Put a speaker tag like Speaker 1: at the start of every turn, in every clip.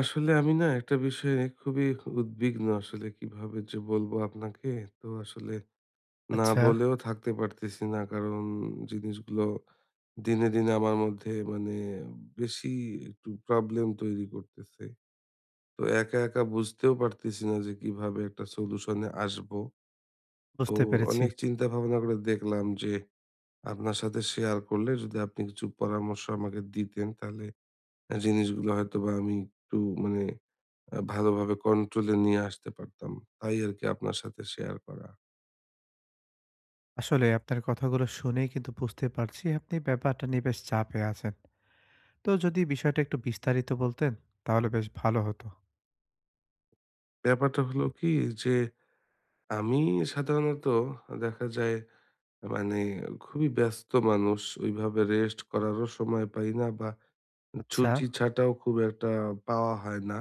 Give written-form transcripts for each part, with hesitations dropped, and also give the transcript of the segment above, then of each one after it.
Speaker 1: আসলে আমি না একটা বিষয় নিয়ে খুবই উদ্বিগ্ন। আসলে কিভাবে যে বলবো আপনাকে, তো না
Speaker 2: আচ্ছা,
Speaker 1: বলেও থাকতে পারতেছি না, কারণ জিনিসগুলো দিনে দিনে আমার মধ্যে বেশি একটু প্রবলেম তৈরি করতেছে। তো একা একা বুঝতেও পারতেছি না যে কিভাবে একটা সলিউশনে আসবো। তো
Speaker 2: বুঝতে পেরেছি।
Speaker 1: অনেক চিন্তা ভাবনা করে দেখলাম যে আপনার সাথে শেয়ার করলে যদি আপনি কিছু পরামর্শ আমাকে দিতেন, তাহলে জিনিসগুলো হয়তো বা আমি একটু মানে আ ভালোভাবে কন্ট্রোলে নিয়ে আসতে পারতাম। তাই আরকি আপনার সাথে শেয়ার করা।
Speaker 2: আসলে আপনার কথাগুলো শুনেই কিন্তু বুঝতে পারছি আপনি ব্যাপারটা নিয়ে বেশ চাপে আছেন। তো যদি বিষয়টা একটু বিস্তারিত বলতেন তাহলে বেশ ভালো হতো।
Speaker 1: ব্যাপারটা হলো কি যে, আমি সাধারণত দেখা যায় মানে খুবই ব্যস্ত মানুষ। ওইভাবে রেস্ট করারও সময় পাই না, বা
Speaker 2: আচ্ছা,
Speaker 1: ছুটি ছাটাও খুব একটা পাওয়া হয় না।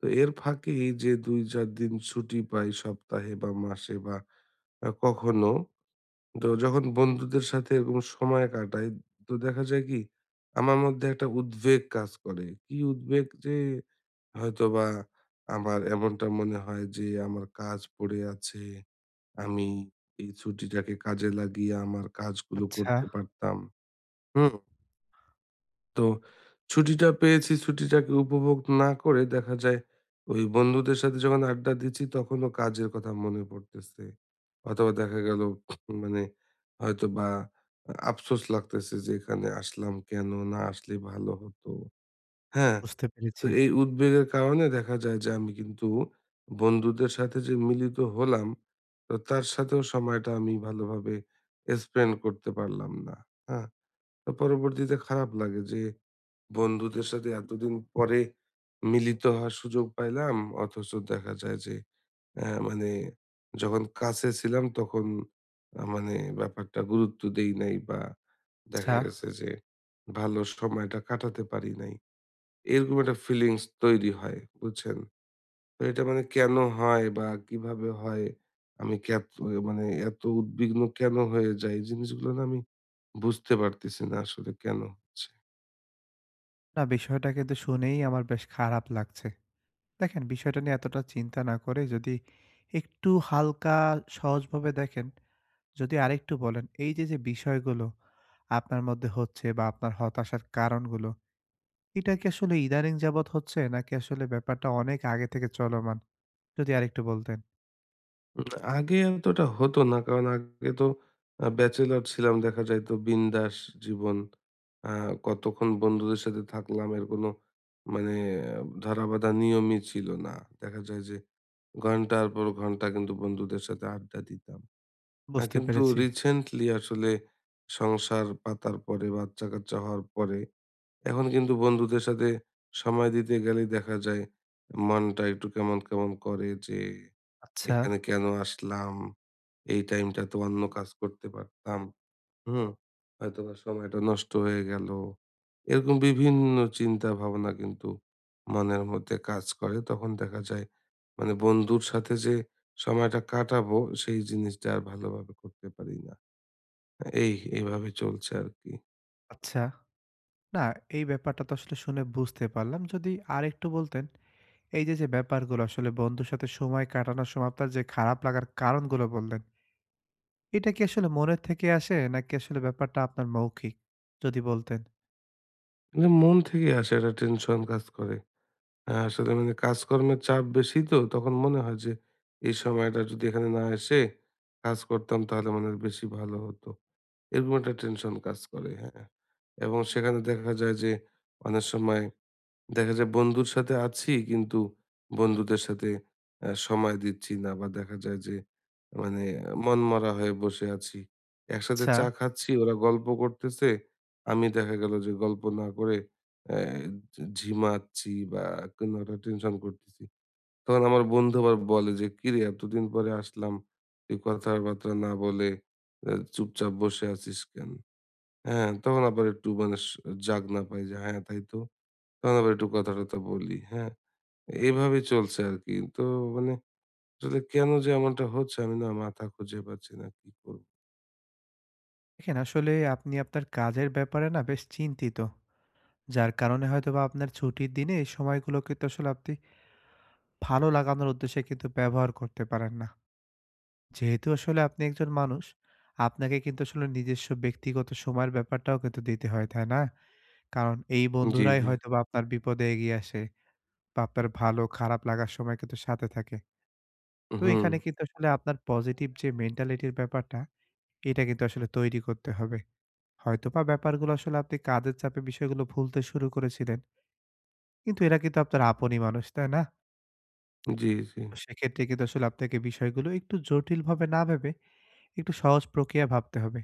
Speaker 1: তো এর ফাঁকেই যে ২-৪ দিন ছুটি পাই সপ্তাহে বা মাসে বা কখনো, তো যখন বন্ধুদের সাথে এরকম সময় কাটাই, তো দেখা যায় কি আমার মধ্যে একটা উদ্বেগ কাজ করে। কি উদ্বেগ? যে হয়তোবা আমার এমনটা মনে হয় যে আমার কাজ পড়ে আছে, আমি এই ছুটিটাকে কাজে লাগিয়ে আমার কাজগুলো
Speaker 2: আচ্ছা,
Speaker 1: করতে পারতাম। হুম। তো ছুটিটা পেয়েছি, ছুটিটাকে উপভোগ না করে দেখা যায় ওই বন্ধুদের সাথে যখন আড্ডা দিচ্ছি তখনও কাজের কথা মনে পড়তেছে। অথবা দেখা গেল মানে হয়তোবা আফসোস লাগতেছে যে এখানে আসলাম কেনো? না আসলেই ভালো হতো। হ্যাঁ?
Speaker 2: বুঝতে
Speaker 1: তো
Speaker 2: পেরেছি।
Speaker 1: এই উদ্বেগের কারণে দেখা যায় যে আমি কিন্তু বন্ধুদের সাথে যে মিলিত হলাম, তো তার সাথেও সময়টা আমি ভালোভাবে স্পেন্ড করতে পারলাম না। হ্যাঁ? তো পরবর্তীতে খারাপ লাগে যে বন্ধুদের সাথে এতদিন পরে মিলিত হওয়ার সুযোগ পাইলাম। অথচ দেখা যায় যে অ্যা মানে যখন কাছে ছিলাম তখন আ মানে ব্যাপারটা গুরুত্ব দেই নাই বা
Speaker 2: আচ্ছা,
Speaker 1: দেখা গেছে যে ভালো সময়টা কাটাতে পারি নাই। এরকম একটা ফিলিংস তৈরি হয়, বুঝছেন? তো এটা কেন হয় বা কিভাবে হয়? আমি ক্যাত মানে এত উদ্বিগ্ন কেন হয়ে যাই? জিনিসগুলো না আমি বুঝতে পারতেছি না আসলে কেন হচ্ছে।
Speaker 2: না বিষয়টা কিন্তু শুনেই আমার বেশ খারাপ লাগছে। দেখেন বিষয়টা নিয়ে এতটা চিন্তা না করে যদি একটু হালকা সহজভাবে দেখেন, যদি আরেকটু বলেন এই যে, যে বিষয়গুলো আপনার মধ্যে হচ্ছে বা আপনার হতাশার কারণগুলো এটা কি আসলে ইদানিং যাবৎ হচ্ছে? নাকি আসলে ব্যাপারটা অনেক আগে থেকে চলমান? যদি আরেকটু বলতেন।
Speaker 1: উম আগে এতটা হতো না। কারণ আগে তো ব্যাচেলর ছিলাম। দেখা যাইত বিন্দাস জীবন। আ কতক্ষণ বন্ধুদের সাথে থাকলাম, এর কোনো মানে ধরাবাঁধা নিয়মই ছিল না। দেখা যায় যে ঘন্টার পর ঘন্টা কিন্তু বন্ধুদের সাথে আড্ডা দিতাম।
Speaker 2: বুঝতে
Speaker 1: কিন্তু
Speaker 2: পেরেছি।
Speaker 1: রিসেন্টলি আসলে সংসার পাতার পরে, বাচ্চা-কাচ্চা হওয়ার পরে এখন কিন্তু বন্ধুদের সাথে সময় দিতে গেলেই দেখা যায় মনটা একটু কেমন, কেমন করে যে
Speaker 2: আচ্ছা,
Speaker 1: এখানে কেন আসলাম? এই টাইমটা তো অন্য কাজ করতে পারতাম। হুম? হয়তোবা সময়টা নষ্ট হয়ে গেল। এরকম বিভিন্ন চিন্তা ভাবনা কিন্তু মনের মধ্যে কাজ করে। তখন দেখা যায় বন্ধুর সাথে যে সময়টা কাটাবো সেই জিনিসটা আর ভালোভাবে করতে পারি না। এই এইভাবে চলছে আরকি।
Speaker 2: আচ্ছা। না, এই ব্যাপারটা তো আসলে শুনে বুঝতে পারলাম। যদি আরেকটু বলতেন, এই যে, ব্যাপারগুলো আসলে বন্ধুর সাথে সময় কাটানোর সময় আপনার যে, খারাপ লাগার কারণগুলো বললেন, এটা কি আসলে মনের থেকে আসে? নাকি আসলে ব্যাপারটা আপনার মৌখিক? যদি বলতেন।
Speaker 1: মন থেকে আসে, একটা টেনশন কাজ করে। হ্যাঁ, আসলে কাজকর্মের চাপ বেশি, তো তখন মনে হয় যে এই সময়টা যদি এখানে না এসে কাজ করতাম তাহলে মনে হয় বেশি ভালো হতো। এরকম একটা টেনশন কাজ করে, হ্যাঁ। এবং সেখানে দেখা যায় যে অনেক সময় দেখা যায় বন্ধুর সাথে আছি, কিন্তু বন্ধুদের সাথে সময় দিচ্ছি না, বা দেখা যায় যে মানে মনমরা হয়ে বসে আছি। একসাথে
Speaker 2: আচ্ছা,
Speaker 1: চা খাচ্ছি, ওরা গল্প করতেছে। আমি দেখা গেল যে গল্প না করে অ্যা ঝিমাচ্ছি বা কোনো একটা টেনশন করতেছি। তখন আমার বন্ধু আবার বলে যে, "কিরে এতদিন পরে আসলাম, তুই কথাবার্তা না বলে চুপচাপ বসে আছিস কেন?" হ্যাঁ, তখন আবার একটু মানে স জাগনা পাই যে, "হ্যাঁ, তাই তো।" তখন আবার একটু কথা-টথা বলি, হ্যাঁ? এভাবে চলছে আরকি। তো মানে আসলে কেন যে এমনটা হচ্ছে আমি না মাথা খুঁজে পাচ্ছি না কি করব?
Speaker 2: দেখেন আসলে আপনি আপনার কাজের ব্যাপারে না বেশ চিন্তিত। যার কারণে হয়তোবা আপনার ছুটির দিনে এই সময়গুলোকে তো আসলে আপনি ভালো লাগানোর উদ্দেশ্যে কিন্তু ব্যবহার করতে পারেন না। যেহেতু আসলে আপনি একজন মানুষ, আপনাকে কিন্তু আসলে নিজস্ব ব্যক্তিগত সময়ের ব্যাপারটাও কিন্তু দিতে হয়, তাই না? কারণ এই
Speaker 1: জি,
Speaker 2: বন্ধুরাই
Speaker 1: জি।
Speaker 2: হয়তোবা আপনার বিপদে এগিয়ে আসে বা আপনার ভালো খারাপ লাগার সময় কিন্তু সাথে থাকে। তো
Speaker 1: হুম,
Speaker 2: এখানে কিন্তু আসলে আপনার পজিটিভ যে মেন্টালিটির ব্যাপারটা, এটা কিন্তু আসলে তৈরি করতে হবে। হয়তোবা ব্যাপারগুলো আসলে আপনি কাজের চাপে বিষয়গুলো ভুলতে শুরু করেছিলেন। কিন্তু এরা কিন্তু আপনার আপনই মানুষ, তাই না?
Speaker 1: জি, জি।
Speaker 2: তো সেক্ষেত্রে কিন্তু আসলে আপনাকে বিষয়গুলো একটু জটিলভাবে না ভেবে একটু সহজ প্রক্রিয়া ভাবতে হবে।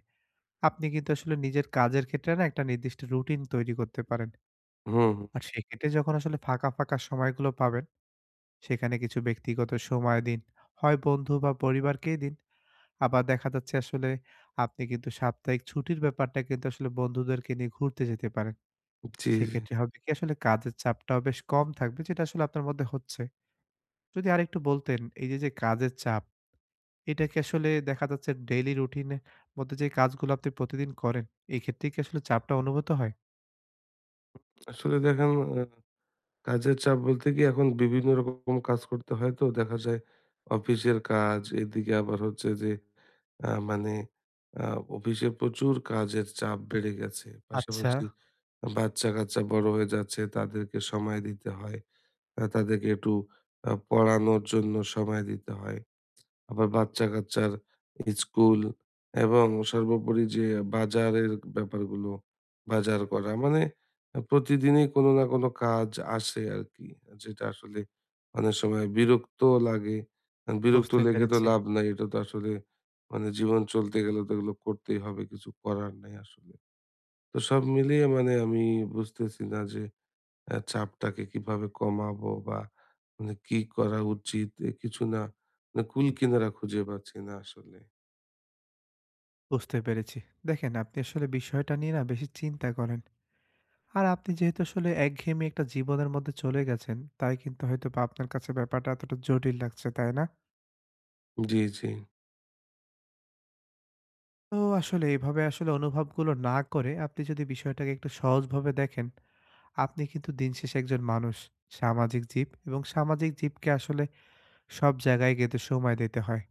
Speaker 2: আপনি কিন্তু আসলে নিজের কাজের ক্ষেত্রে না একটা নির্দিষ্ট রুটিন তৈরি করতে পারেন।
Speaker 1: হুম, হুম।
Speaker 2: আর সেক্ষেত্রে যখন আসলে ফাঁকা, ফাঁকা সময়গুলো পাবেন, সেখানে কিছু ব্যক্তিগত সময় দিন। হয় বন্ধু বা পরিবারকেই দিন। আবার দেখা যাচ্ছে আসলে আপনি কিন্তু সাপ্তাহিক ছুটির ব্যাপারটা কিন্তু আসলে বন্ধুদেরকে নিয়ে ঘুরতে যেতে পারেন।
Speaker 1: জি, জি।
Speaker 2: সেক্ষেত্রে হবে কি আসলে কাজের চাপটাও বেশ কম থাকবে যেটা আসলে আপনার মধ্যে হচ্ছে। যদি আরেকটু বলতেন এই যে, যে কাজের চাপ এটা কি আসলে দেখা যাচ্ছে ডেইলি রুটিনের মধ্যে যে কাজগুলো আপনি প্রতিদিন করেন, এই ক্ষেত্রেই কি আসলে চাপটা অনুভূত হয়?
Speaker 1: আসলে দেখেন, আ কাজের চাপ বলতে কি, এখন বিভিন্ন রকম কাজ করতে হয়, তো দেখা যায় অফিসের কাজ, এদিকে আবার হচ্ছে যে আহ, মানে অফিসে প্রচুর কাজের চাপ বেড়ে গেছে,
Speaker 2: আচ্ছা,
Speaker 1: পাশাপাশি বাচ্চা কাচ্চা বড় হয়ে যাচ্ছে, তাদেরকে সময় দিতে হয়, তাদেরকে একটু পড়ানোর জন্য সময় দিতে হয়, আবার বাচ্চা-কাচ্চার স্কুল, এবং সর্বোপরি যে বাজারের ব্যাপারগুলো, বাজার করা। মানে আ প্রতিদিনই কোনো না কোনো কাজ আসে আরকি। যেটা আসলে অনেক সময় বিরক্ত লাগে। বিরক্ত
Speaker 2: বুঝতে
Speaker 1: লেগে তো
Speaker 2: পেরেছি,
Speaker 1: লাভ নাই। এটা তো আসলে জীবন চলতে গেলে তো এগুলো করতেই হবে। কিছু করার নাই আসলে। তো সব মিলিয়ে আমি বুঝতেছি না যে চাপটাকে কিভাবে কমাবো বা কি করা উচিত? এ কিছু না, কুল কিনারা খুঁজে পাচ্ছি না আসলে।
Speaker 2: বুঝতে পেরেছি। দেখেন আপনি আসলে বিষয়টা নিয়ে না বেশি চিন্তা করেন। আর আপনি যেহেতু আসলে একঘেয়েমি একটা জীবনের মধ্যে চলে গেছেন, তাই কিন্তু হয়তোবা আপনার কাছে ব্যাপারটা এতটা জটিল লাগছে, তাই না?
Speaker 1: জি, জি,
Speaker 2: তো আসলে এভাবে আসলে অনুভবগুলো না করে আপনি যদি বিষয়টাকে একটু সহজভাবে দেখেন, আপনি কিন্তু দিন শেষে একজন মানুষ, সামাজিক জীব এবং সামাজিক জীবকে আসলে সব জায়গায় কিন্তু সময় দিতে হয়।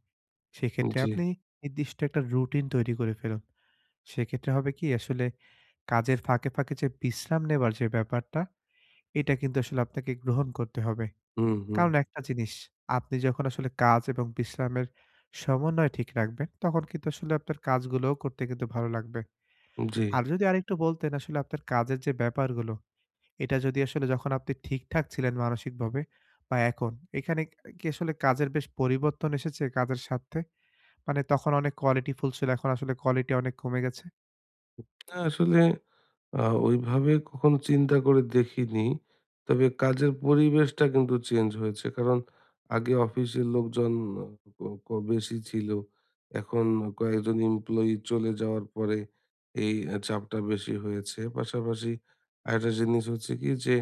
Speaker 2: সেক্ষেত্রে
Speaker 1: জি।
Speaker 2: আপনি নির্দিষ্ট একটা রুটিন তৈরি করে ফেলুন। সেক্ষেত্রে হবে কি আসলে কাজের ফাঁকে, ফাঁকে যে বিশ্রাম নেবার যে ব্যাপারটা, এটা কিন্তু আসলে আপনাকে গ্রহণ করতে হবে।
Speaker 1: হুম, হুম।
Speaker 2: কারণ একটা জিনিস, আপনি যখন আসলে কাজ এবং বিশ্রামের সমন্বয় ঠিক রাখবেন, তখন কিন্তু আসলে আপনার কাজগুলোও করতে কিন্তু ভালো লাগবে।
Speaker 1: জি।
Speaker 2: আর যদি আরেকটু বলতেন আসলে আপনার কাজের যে ব্যাপারগুলো, এটা যদি আসলে যখন আপনি ঠিকঠাক ছিলেন মানসিকভাবে বা এখন, এখানে কি আসলে কাজের বেশ পরিবর্তন এসেছে কাজের স্বার্থে? মানে তখন অনেক কোয়ালিটিফুল ছিল। এখন আসলে কোয়ালিটি অনেক কমে গেছে।
Speaker 1: না আসলে আ ওইভাবে কখনো চিন্তা করে দেখিনি। তবে কাজের পরিবেশটা কিন্তু চেঞ্জ হয়েছে। কারণ আগে অফিসের লোকজন আহ, ক ক বেশি ছিল। এখন কয়েকজন এমপ্লয়ি চলে যাওয়ার পরে এই চাপটা বেশি হয়েছে। পাশাপাশি আরেকটা জিনিস হচ্ছে কি যে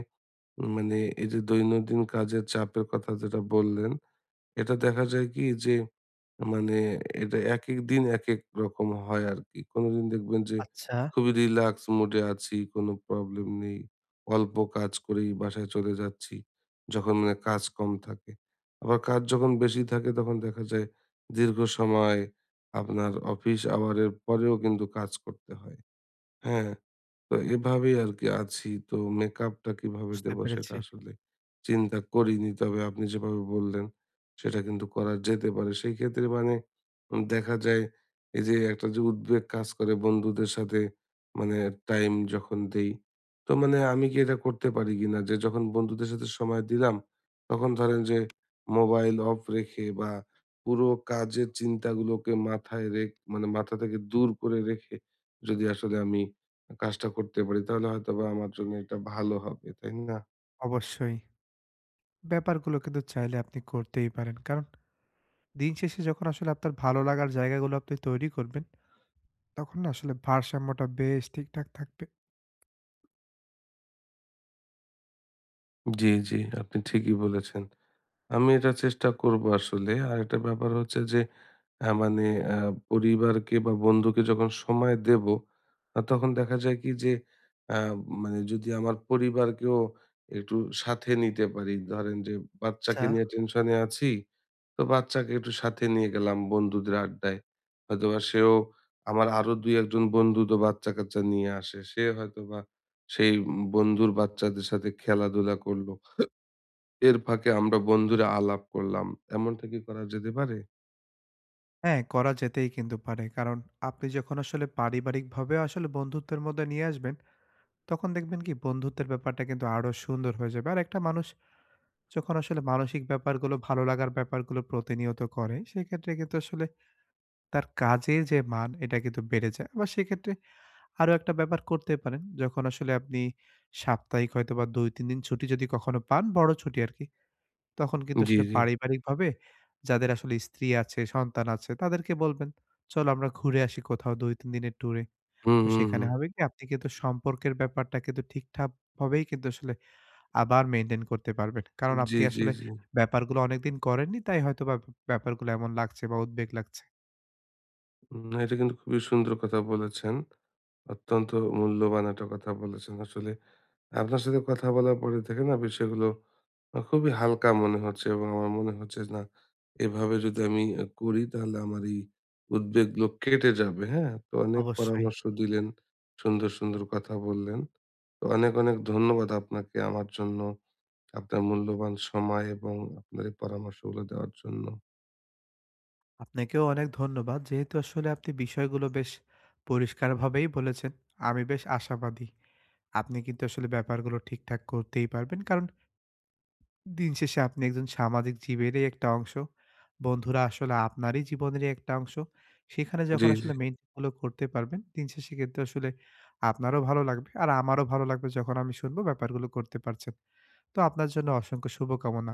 Speaker 1: মানে এই যে দৈনন্দিন কাজের চাপের কথা যেটা বললেন, এটা দেখা যায় কি যে মানে এটা একেক দিন একেক রকম হয় আরকি। কোনদিন দেখবেন যে
Speaker 2: আচ্ছা,
Speaker 1: খুবই রিল্যাক্স মুডে আছি, কোনো প্রবলেম নেই। অল্প কাজ করেই বাসায় চলে যাচ্ছি। যখন কাজ কম থাকে। আবার কাজ যখন বেশি থাকে তখন দেখা যায় দীর্ঘ সময় আপনার অফিস আওয়ারের পরেও কিন্তু কাজ করতে হয়। হ্যাঁ? তো এভাবেই আরকি আছি। তো মেকআপটা কিভাবে
Speaker 2: বুঝতে
Speaker 1: দেবো সেটা
Speaker 2: পেরেছি।
Speaker 1: আসলে চিন্তা করিনি। তবে আপনি যেভাবে বললেন সেটা কিন্তু করা যেতে পারে। সেই ক্ষেত্রে মানে উম দেখা যায় এই যে একটা যে উদ্বেগ কাজ করে বন্ধুদের সাথে মানে টাইম যখন দেই, তো আমি কি এটা করতে পারি কিনা? যে যখন বন্ধুদের সাথে সময় দিলাম তখন ধরেন যে মোবাইল অফ রেখে বা পুরো কাজের চিন্তাগুলোকে মাথায় রেখ মানে মাথা থেকে দূর করে রেখে যদি আসলে আমি কাজটা করতে পারি তাহলে হয়তোবা আমার জন্য এটা ভালো হবে, তাই না?
Speaker 2: অবশ্যই। ব্যাপারগুলো কিন্তু চাইলে আপনি করতেই পারেন। কারণ দিন শেষে যখন আসলে আপনার ভালো লাগার জায়গাগুলো আপনি তৈরি করবেন, তখন না আসলে ভারসাম্যটা বেশ ঠিকঠাক থাকবে।
Speaker 1: জি, জি, আপনি ঠিকই বলেছেন। আমি এটা চেষ্টা করব আসলে। আর একটা ব্যাপার হচ্ছে যে হ্যাঁ, মানে আ পরিবারকে বা বন্ধুকে যখন সময় দেব, তখন দেখা যায় কি যে আ মানে যদি আমার পরিবারকেও একটু সাথে নিতে পারি। ধরেন যে
Speaker 2: আচ্ছা।
Speaker 1: বাচ্চাকে নিয়ে টেনশনে আছি, তো বাচ্চাকে একটু সাথে নিয়ে গেলাম বন্ধুদের আড্ডায়। হয়তোবা সেও আমার আরো ২-১ জন বন্ধু তো বাচ্চা-কাচ্চা নিয়ে আসে। সে হয়তোবা সেই বন্ধুর বাচ্চাদের সাথে খেলাধুলা করলো। এর ফাঁকে আমরা বন্ধুরা আলাপ করলাম। এমনটা কি করা যেতে পারে?
Speaker 2: হ্যাঁ, করা যেতেই কিন্তু পারে। কারণ আপনি যখন আসলে পারিবারিকভাবে আসলে বন্ধুত্বের মধ্যে নিয়ে আসবেন, তখন দেখবেন কি বন্ধুত্বের ব্যাপারটা কিন্তু আরো সুন্দর হয়ে যাবে। আর একটা মানুষ যখন আসলে মানসিক ব্যাপারগুলো, ভালো লাগার ব্যাপারগুলো প্রতিনিয়ত করে, সেক্ষেত্রে কিন্তু আসলে তার কাজের যে মান এটা কিন্তু বেড়ে যায়। আবার সেক্ষেত্রে আরো একটা ব্যাপার করতে পারেন, যখন আসলে আপনি সাপ্তাহিক হয়তোবা ২-৩ দিন ছুটি যদি কখনো পান, বড় ছুটি আরকি। তখন কিন্তু
Speaker 1: জি,
Speaker 2: আসলে
Speaker 1: জি।
Speaker 2: পারিবারিকভাবে যাদের আসলে স্ত্রী আছে, সন্তান আছে তাদেরকে বলবেন, "চলো আমরা ঘুরে আসি কোথাও ২-৩ দিনের ট্যুরে।"
Speaker 1: হুম,
Speaker 2: তো
Speaker 1: হুম,
Speaker 2: সেখানে
Speaker 1: হুম।
Speaker 2: হবে কি আপনি কিন্তু সম্পর্কের ব্যাপারটা কিন্তু ঠিকঠাক ভাবেই কিন্তু আসলে আবার মেইনটেইন করতে পারবেন। কারণ
Speaker 1: জি,
Speaker 2: আপনি
Speaker 1: জি,
Speaker 2: আসলে
Speaker 1: জি।
Speaker 2: ব্যাপারগুলো অনেকদিন করেননি, তাই হয়তোবা ব্যাপারগুলো এমন লাগছে বা উদ্বেগ লাগছে।
Speaker 1: না এটা কিন্তু খুবই সুন্দর কথা বলেছেন। অত্যন্ত মূল্যবান একটা কথা বলেছেন। আসলে আপনার সাথে কথা বলার পরে থেকে না বিষয়গুলো খুবই হালকা মনে হচ্ছে এবং আমার মনে হচ্ছে না এভাবে যদি আমি করি তাহলে আমার এই উদ্বেগগুলো কেটে যাবে, হ্যাঁ? তো অনেক
Speaker 2: অবশ্যই।
Speaker 1: পরামর্শ দিলেন, সুন্দর, সুন্দর কথা বললেন। তো অনেক, অনেক ধন্যবাদ আপনাকে, আমার জন্য আপনার মূল্যবান সময় এবং আপনার এই পরামর্শগুলো দেওয়ার জন্য।
Speaker 2: আপনাকেও অনেক ধন্যবাদ। যেহেতু আসলে আপনি বিষয়গুলো বেশ পরিষ্কারভাবেই বলেছেন, আমি বেশ আশাবাদী। আপনি কিন্তু আসলে ব্যাপারগুলো ঠিকঠাক করতেই পারবেন। কারণ দিন শেষে আপনি একজন সামাজিক জীবেরই একটা অংশ। বন্ধুরা আসলে আপনারই জীবনেরই একটা অংশ। সেখানে
Speaker 1: জি,
Speaker 2: যখন
Speaker 1: জি।
Speaker 2: আসলে মেইনটেইন গুলো করতে পারবেন, দিন শেষে কিন্তু আসলে আপনারও ভালো লাগবে আর আমারও ভালো লাগবে যখন আমি শুনবো ব্যাপারগুলো করতে পারছেন। তো আপনার জন্য অসংখ্য শুভকামনা।